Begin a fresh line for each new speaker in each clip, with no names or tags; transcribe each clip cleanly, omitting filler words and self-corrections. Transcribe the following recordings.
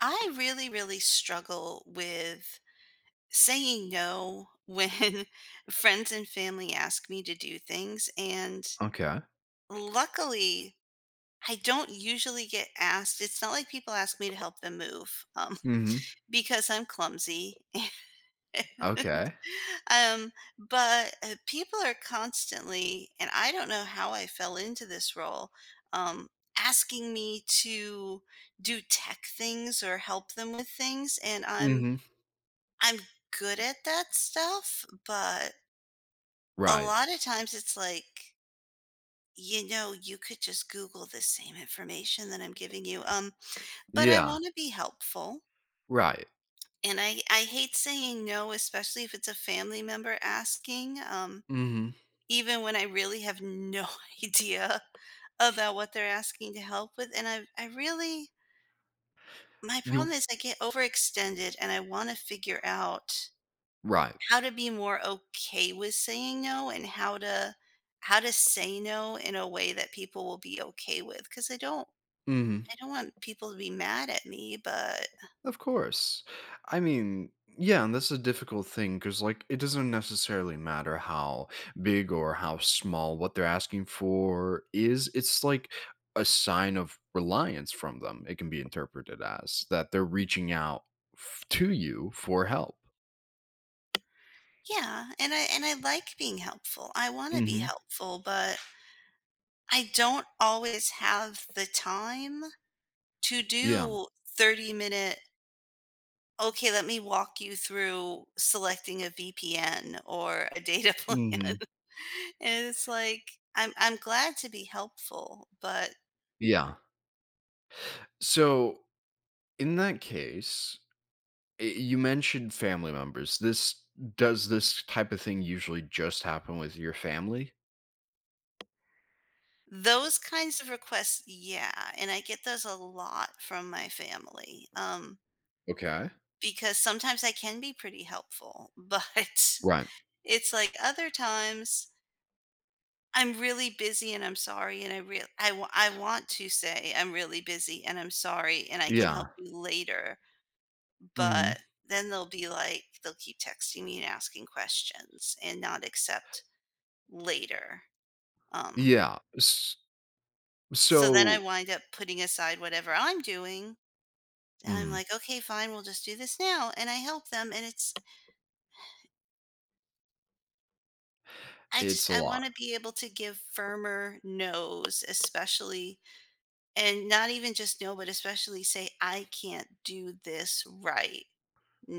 I really, really struggle with saying no when friends and family ask me to do things. And
Okay.
luckily, I don't usually get asked. It's not like people ask me to help them move
Mhm.
because I'm clumsy.
Okay.
um, but people are constantly, and I don't know how I fell into this role, um, asking me to do tech things or help them with things. And I'm
Mhm.
I'm good at that stuff, but a
Right.
lot of times it's like, you could just Google the same information that I'm giving you. But I
Yeah.
want to be helpful.
Right.
And I hate saying no, especially if it's a family member asking,
Mhm.
even when I really have no idea about what they're asking to help with. And I really, my problem
You
is I get overextended and I want to figure out
Right.
how to be more okay with saying no and how to say no in a way that people will be okay with. Because
Mhm.
I don't want people to be mad at me, but
Of course. I mean, yeah, and that's a difficult thing because, like, it doesn't necessarily matter how big or how small what they're asking for is. It's like a sign of reliance from them. It can be interpreted as that they're reaching out f to you for help.
yeah, and I like being helpful. I wanna be
Mhm.
helpful, but I don't always have the time to
Yeah.
do 30-minute, "Okay, let me walk you through selecting a VPN or a data plan."
Mhm.
And it's like, I'm glad to be helpful, but
Yeah. So, in that case, you mentioned family members. This does this type of thing usually just happen with your family?
those kinds of requests, yeah, and I get those a lot from my family,
Okay.
because sometimes I can be pretty helpful, but
Right.
it's like other times I'm really busy and I'm sorry, and I want to say I'm really busy and I'm sorry and I can help
Yeah.
you later,
Hmm.
but then they'll be like they'll keep texting me and asking questions and not accept later, um,
Yeah.
so then I
So
wind up putting aside whatever I'm doing. And I'm
mm,
like, "Okay, fine, we'll just do this now." And I help them, and it's I
it's
just
a
I
lot.
wanna be able to give firmer no's, especially and not even just no, but especially say, "I can't do this right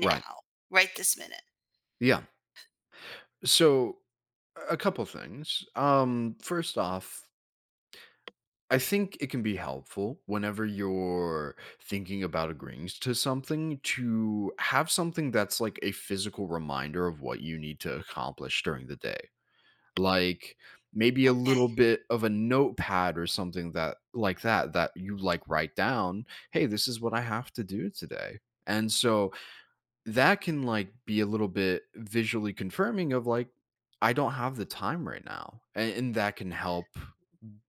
Right.
right this minute."
Yeah. So, a couple things. First off, I think it can be helpful whenever you're thinking about agreeing to something to have something that's like a physical reminder of what you need to accomplish during the day. Like, maybe a
"Okay."
little bit of a notepad or something that, like, that you, like, write down, hey, this is what I have to do today. And so that can, like, be a little bit visually confirming of, like, I don't have the time right now, and that can help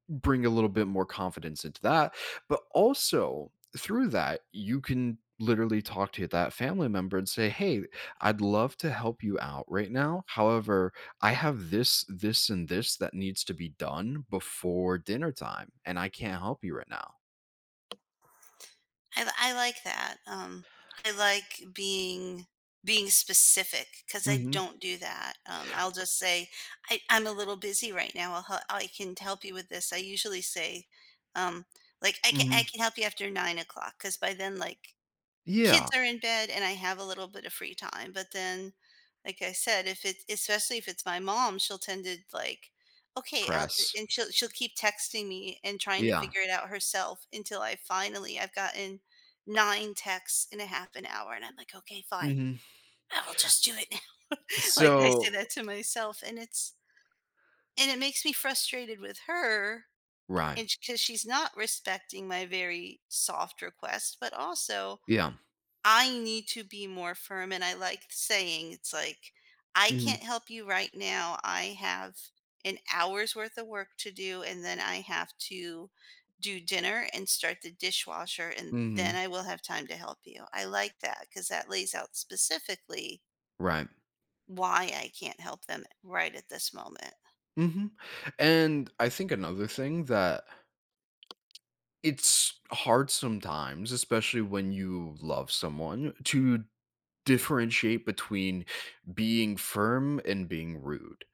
bring a little bit more confidence into that. But also through that, you can literally talk to that family member and say, "Hey, I'd love to help you out right now. However, I have this, this, and this that needs to be done before dinner time, and I can't help you right now."
I like that, I like being specific because I
Hmm.
don't do that, I'll just say, " I'm a little busy right now, I can help you with this." I usually say, um, like,
Hmm.
I can help you after 9 o'clock because by then, like, kids
Yeah.
are in bed and I have a little bit of free time. But then, like I said, if it especially if it's my mom, she'll tend to like, okay, out,
Press.
and she'll keep texting me and trying to
Yeah.
figure it out herself until I've gotten 9 texts in a half an hour, and I'm like, okay, fine,
Hmm.
I will just do it now.
So,
Like I say that to myself, and it makes me frustrated with her.
right.
And because she's not respecting my very soft request, but also
Yeah.
I need to be more firm, and I like saying it's like, "I
Hmm.
can't help you right now. I have an hour's worth of work to do, and then I have to do dinner and start the dishwasher, and then
Hmm.
I will have time to help you." I like that because that lays out specifically
Right.
why I can't help them right at this moment.
Hmm. And I think another thing that it's hard sometimes, especially when you love someone, to differentiate between being firm and being rude.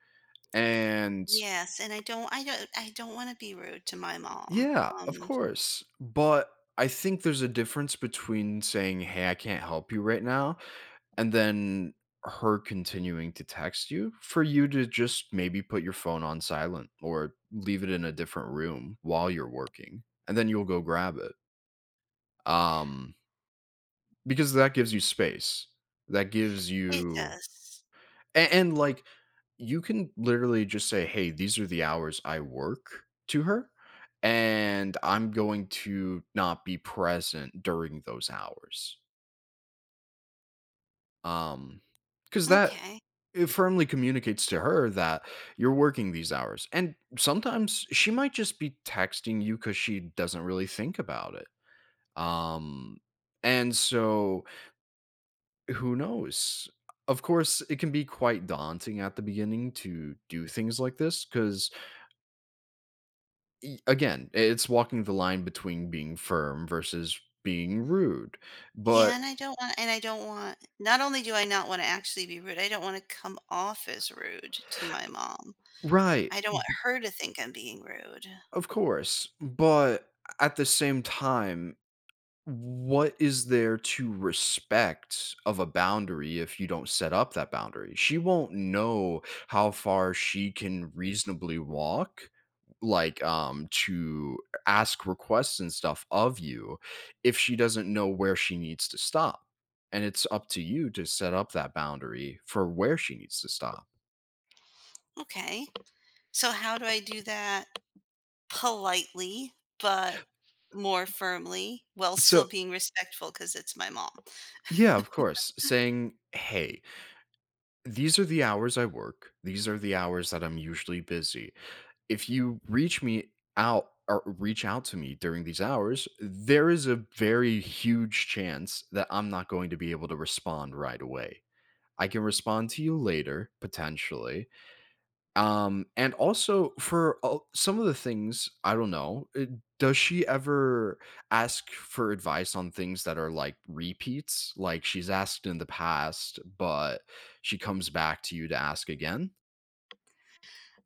And
Yes, and I don't wanna be rude to my mom.
yeah, of course. But I think there's a difference between saying, "Hey, I can't help you right now," and then her continuing to text you, for you to just maybe put your phone on silent or leave it in a different room while you're working, and then you'll go grab it. Um, Because that gives you space. That gives
It
you,
does.
and, like, you can literally just say, "Hey, these are the hours I work" to her, and I'm going to not be present during those hours. Um, because that
Okay.
it firmly communicates to her that you're working these hours. And sometimes she might just be texting you because she doesn't really think about it. Um, and so, who knows? Of course, it can be quite daunting at the beginning to do things like this because, again, it's walking the line between being firm versus being rude.
Yeah,
But
and I don't want, not only do I not wanna actually be rude, I don't wanna come off as rude to my mom.
right,
I don't want her to think I'm being rude.
of course. But at the same time, what is there to respect of a boundary if you don't set up that boundary? She won't know how far she can reasonably walk, like, to ask requests and stuff of you if she doesn't know where she needs to stop. And it's up to you to set up that boundary for where she needs to stop.
Okay. So how do I do that politely, but more firmly, while still
So,
being respectful? Because it's my mom?
yeah, of course, saying, "Hey, these are the hours I work. These are the hours that I'm usually busy. If you reach me out, or reach out to me during these hours, there is a very huge chance that I'm not going to be able to respond right away. I can respond to you later, potentially." And also for some of the things, I don't know. Does she ever ask for advice on things that are like repeats? Like, she's asked in the past, but she comes back to you to ask again?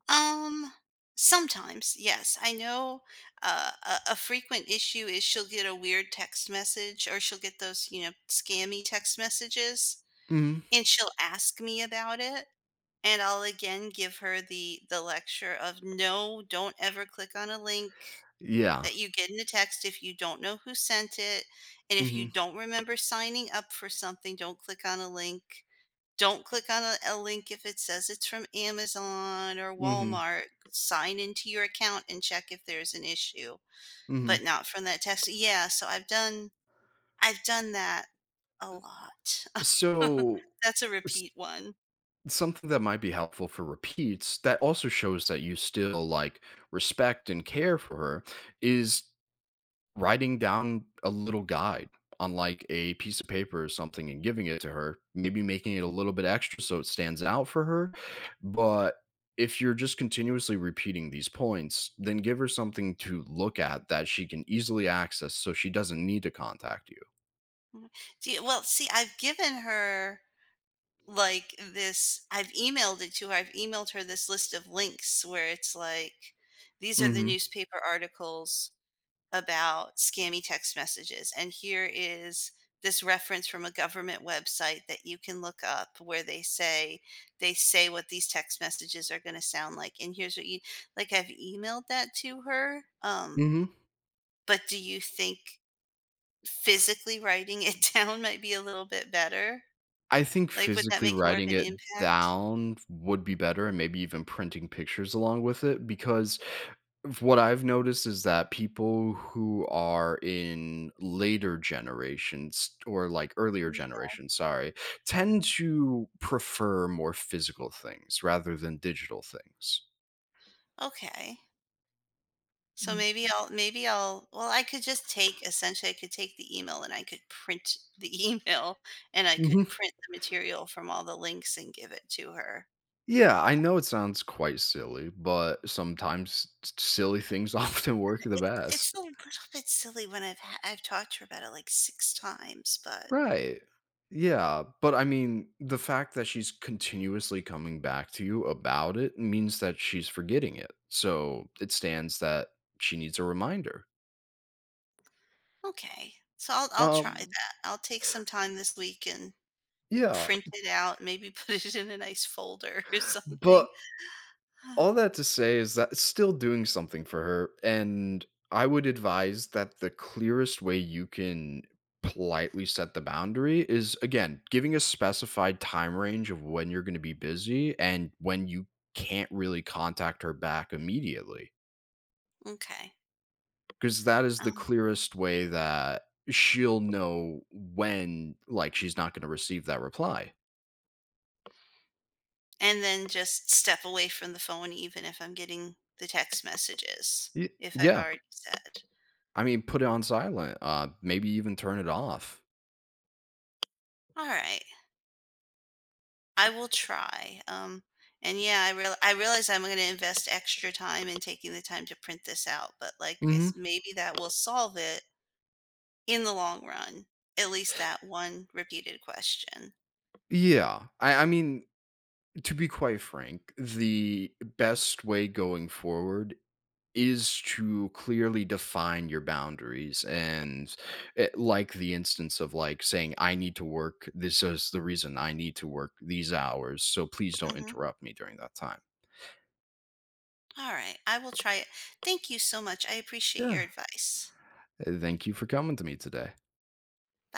Um, sometimes, yes. I know a frequent issue is she'll get a weird text message or she'll get those, you know, scammy text messages
Hmm.
and she'll ask me about it. And I'll again give her the lecture of no, don't ever click on a link
Yeah.
that you get in a text if you don't know who sent it. And if
Hmm.
you don't remember signing up for something, don't click on a link. Don't click on a link if it says it's from Amazon or
Hmm.
Walmart. Sign into your account and check if there's an issue,
Hmm.
but not from that text. Yeah, so I've done that a lot.
So,
That's a
s
repeat one.
something that might be helpful for repeats that also shows that you still, like, respect and care for her is writing down a little guide on, like, a piece of paper or something and giving it to her, maybe making it a little bit extra so it stands out for her. But if you're just continuously repeating these points, then give her something to look at that she can easily access so she doesn't need to contact you.
Mhm. See, well, see, I've given her, like, this I've emailed it to her. I've emailed her this list of links where it's like, "These are the
Mhm.
newspaper articles about scammy text messages. And here is this reference from a government website that you can look up where they say what these text messages are going to sound like. And here's what you like I've emailed that to her. Um,
Mhm.
but do you think physically writing it down might be a little bit better?
I think
Like would that
physically
make more of
writing
an
it
impact?
down would be better, and maybe even printing pictures along with it, because what I've noticed is that people who are in later generations, or, like, earlier
Yeah.
generations, sorry, tend to prefer more physical things rather than digital things.
Okay. So maybe I'll, well, I could just take essentially I could take the email and I could print the email and I
Mhm.
could print the material from all the links and give it to her.
Yeah, I know it sounds quite silly, but sometimes silly things often work the
It, it's
best.
a little bit silly when I've talked to her about it like 6 times, but
Right. Yeah, but I mean, the fact that she's continuously coming back to you about it means that she's forgetting it. So, it stands that she needs a reminder.
okay. So I'll try
Um,
that. I'll take some time this week and
yeah,
print it out, maybe put it in a nice folder or something.
but all that to say is that it's still doing something for her. And I would advise that the clearest way you can politely set the boundary is, again, giving a specified time range of when you're going to be busy and when you can't really contact her back immediately,
Okay.
because that is the clearest way that she'll know when, like, she's not going to receive that reply.
And then just step away from the phone even if I'm getting the text messages, if I've
Yeah.
already said,
I mean, put it on silent, maybe even turn it off.
"All right, I will try." And yeah, I realize I'm gonna invest extra time in taking the time to print this out, but like,
Mm-hmm.
maybe that will solve it in the long run, at least that one repeated question.
Yeah. I mean, to be quite frank, the best way going forward is to clearly define your boundaries and, like, the instance of, like, saying, I need to work, this is the reason I need to work these hours, so please don't
Mhm.
interrupt me during that time.
Alright, I will try it. Thank you so much. I appreciate your
Yeah.
advice.
Thank you for coming to me today.
Bye.